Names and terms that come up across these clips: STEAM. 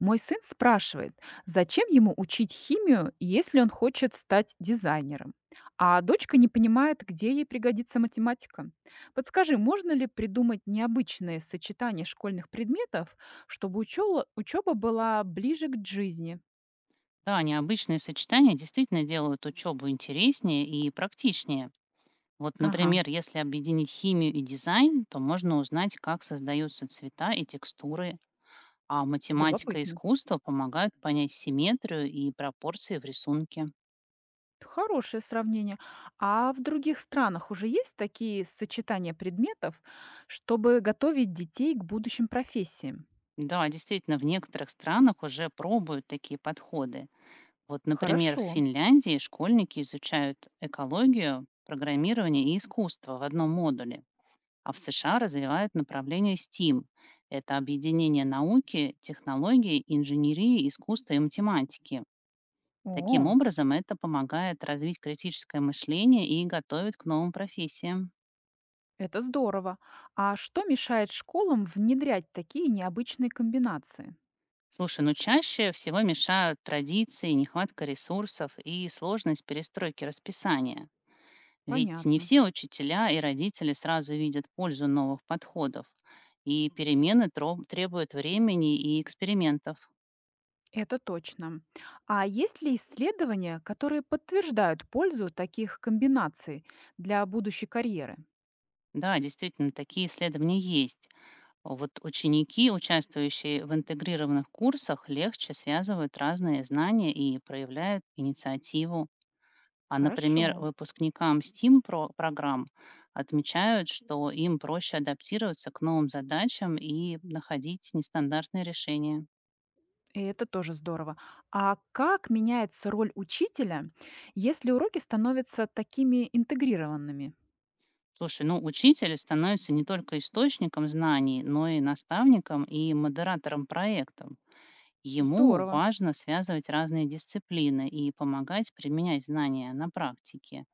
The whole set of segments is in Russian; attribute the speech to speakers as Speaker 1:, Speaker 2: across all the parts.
Speaker 1: Мой сын спрашивает, зачем ему учить химию, если он хочет стать дизайнером? А дочка не понимает, где ей пригодится математика. Подскажи, можно ли придумать необычные сочетания школьных предметов, чтобы учеба была ближе к жизни?
Speaker 2: Да, необычные сочетания действительно делают учебу интереснее и практичнее. Вот,
Speaker 1: Ага,
Speaker 2: например, если объединить химию и дизайн, то можно узнать, как создаются цвета и текстуры, а математика и
Speaker 1: любопытно.
Speaker 2: искусство помогают понять симметрию и пропорции в рисунке.
Speaker 1: Хорошее сравнение. А в других странах уже есть такие сочетания предметов, чтобы готовить детей к будущим профессиям?
Speaker 2: Да, действительно, в некоторых странах уже пробуют такие подходы. Вот, например, в
Speaker 1: Хорошо.
Speaker 2: Финляндии школьники изучают экологию, программирование и искусство в одном модуле. А в США развивают направление STEAM. Это объединение науки, технологий, инженерии, искусства и математики. Таким
Speaker 1: О,
Speaker 2: образом, это помогает развить критическое мышление и готовит к новым профессиям.
Speaker 1: это здорово. А что мешает школам внедрять такие необычные комбинации?
Speaker 2: Слушай, ну чаще всего мешают традиции, нехватка ресурсов и сложность перестройки расписания. Ведь не
Speaker 1: Понятно.
Speaker 2: все учителя и родители сразу видят пользу новых подходов, и перемены требуют времени и экспериментов.
Speaker 1: Это точно. А есть ли исследования, которые подтверждают пользу таких комбинаций для будущей карьеры?
Speaker 2: Да, действительно, такие исследования есть. Вот ученики, участвующие в интегрированных курсах, легче связывают разные знания и проявляют инициативу. А,
Speaker 1: Хорошо.
Speaker 2: например, выпускникам STEAM программ отмечают, что им проще адаптироваться к новым задачам и находить нестандартные решения.
Speaker 1: И это тоже здорово. А как меняется роль учителя, если уроки становятся такими интегрированными?
Speaker 2: Слушай, ну учитель становится не только источником знаний, но и наставником и модератором проектов. Ему
Speaker 1: Здорово.
Speaker 2: важно связывать разные дисциплины и помогать применять знания на практике.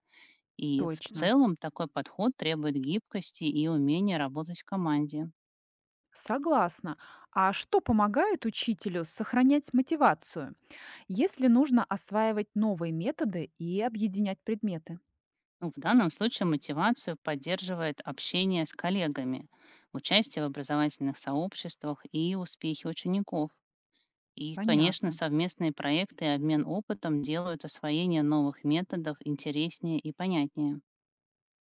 Speaker 2: И в
Speaker 1: Точно.
Speaker 2: целом такой подход требует гибкости и умения работать в команде.
Speaker 1: Согласна. А что помогает учителю сохранять мотивацию? Если нужно осваивать новые методы и объединять предметы.
Speaker 2: Ну, в данном случае мотивацию поддерживает общение с коллегами, участие в образовательных сообществах и успехи учеников. И, конечно,
Speaker 1: Понятно.
Speaker 2: совместные проекты и обмен опытом делают освоение новых методов интереснее и понятнее.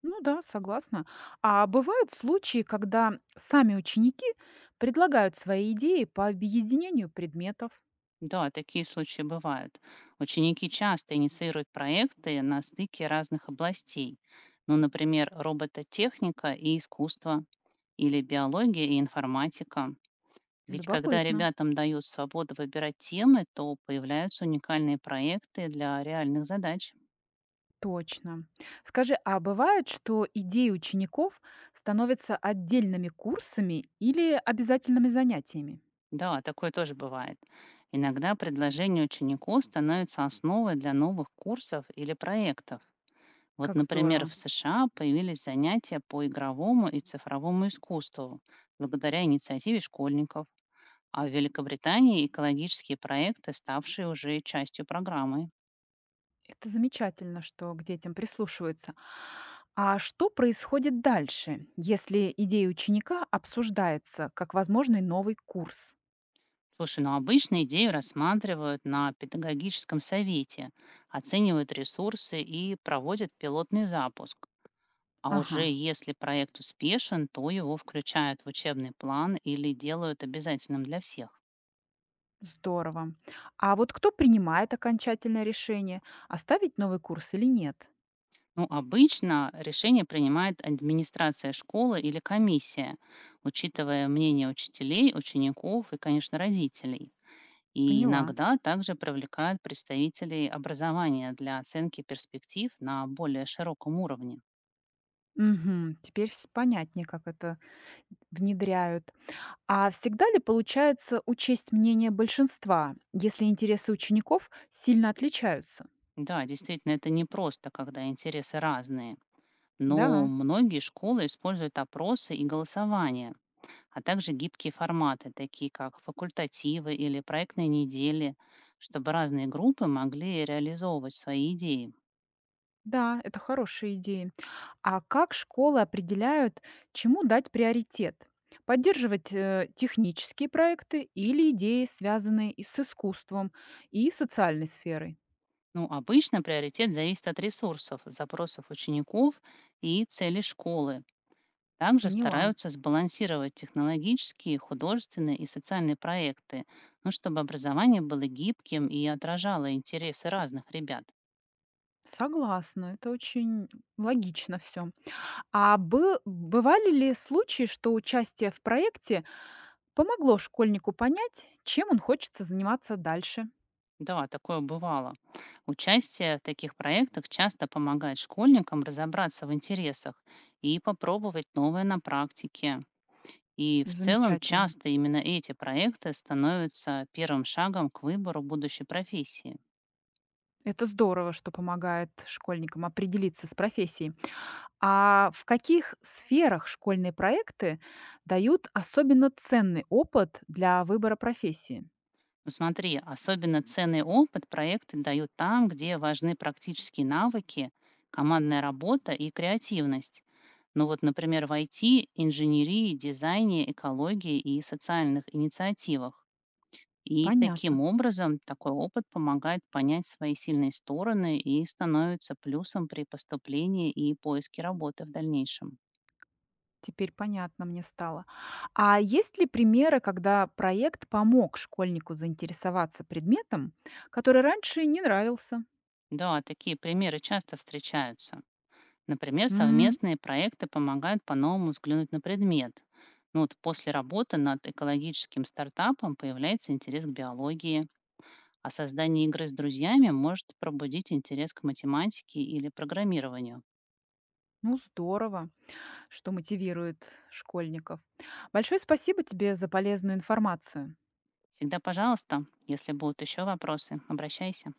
Speaker 1: Ну да, согласна. А бывают случаи, когда сами ученики предлагают свои идеи по объединению предметов.
Speaker 2: Да, такие случаи бывают. Ученики часто инициируют проекты на стыке разных областей. Ну, например, робототехника и искусство, или биология и информатика. Ведь когда
Speaker 1: Любопытно.
Speaker 2: ребятам дают свободу выбирать темы, то появляются уникальные проекты для реальных задач.
Speaker 1: Точно. Скажи, а бывает, что идеи учеников становятся отдельными курсами или обязательными занятиями?
Speaker 2: Да, такое тоже бывает. Иногда предложения учеников становятся основой для новых курсов или проектов. Вот,
Speaker 1: Как
Speaker 2: например,
Speaker 1: здорово.
Speaker 2: в США появились занятия по игровому и цифровому искусству благодаря инициативе школьников, а в Великобритании экологические проекты, ставшие уже частью программы.
Speaker 1: Это замечательно, что к детям прислушиваются. А что происходит дальше, если идея ученика обсуждается как возможный новый курс?
Speaker 2: Слушай, ну обычно идею рассматривают на педагогическом совете, оценивают ресурсы и проводят пилотный запуск. А
Speaker 1: Ага,
Speaker 2: уже если проект успешен, то его включают в учебный план или делают обязательным для всех.
Speaker 1: здорово. А вот кто принимает окончательное решение, оставить новый курс или нет?
Speaker 2: Ну, обычно решение принимает администрация школы или комиссия, учитывая мнение учителей, учеников и, конечно, родителей. И
Speaker 1: Поняла.
Speaker 2: иногда также привлекают представителей образования для оценки перспектив на более широком уровне.
Speaker 1: Мгм, теперь понятнее, как это внедряют. А всегда ли получается учесть мнение большинства, если интересы учеников сильно отличаются?
Speaker 2: Да, действительно, это не просто, когда интересы разные. Но
Speaker 1: Да,
Speaker 2: многие школы используют опросы и голосование, а также гибкие форматы, такие как факультативы или проектные недели, чтобы разные группы могли реализовывать свои идеи.
Speaker 1: да, это хорошая идея. А как школы определяют, чему дать приоритет? Поддерживать технические проекты или идеи, связанные и с искусством и социальной сферой?
Speaker 2: Ну, обычно приоритет зависит от ресурсов, запросов учеников и целей школы. Также
Speaker 1: Поняла.
Speaker 2: стараются сбалансировать технологические, художественные и социальные проекты, ну, чтобы образование было гибким и отражало интересы разных ребят.
Speaker 1: Согласна, это очень логично все. Бывали ли случаи, что участие в проекте помогло школьнику понять, чем он хочется заниматься дальше?
Speaker 2: Да, такое бывало. Участие в таких проектах часто помогает школьникам разобраться в интересах и попробовать новое на практике. И в целом
Speaker 1: Замечательно.
Speaker 2: часто именно эти проекты становятся первым шагом к выбору будущей профессии.
Speaker 1: Это здорово, что помогает школьникам определиться с профессией. А в каких сферах школьные проекты дают особенно ценный опыт для выбора профессии?
Speaker 2: Ну, смотри, особенно ценный опыт проекты дают там, где важны практические навыки, командная работа и креативность. Ну вот, например, в IT, инженерии, дизайне, экологии и социальных инициативах. И
Speaker 1: Понятно.
Speaker 2: таким образом такой опыт помогает понять свои сильные стороны и становится плюсом при поступлении и поиске работы в дальнейшем.
Speaker 1: Теперь понятно мне стало. А есть ли примеры, когда проект помог школьнику заинтересоваться предметом, который раньше не нравился?
Speaker 2: Да, такие примеры часто встречаются. Например,
Speaker 1: М,
Speaker 2: совместные проекты помогают по-новому взглянуть на предмет. Ну вот после работы над экологическим стартапом появляется интерес к биологии, а создание игры с друзьями может пробудить интерес к математике или программированию.
Speaker 1: ну, здорово, что мотивирует школьников. Большое спасибо тебе за полезную информацию.
Speaker 2: Всегда пожалуйста, если будут еще вопросы, обращайся.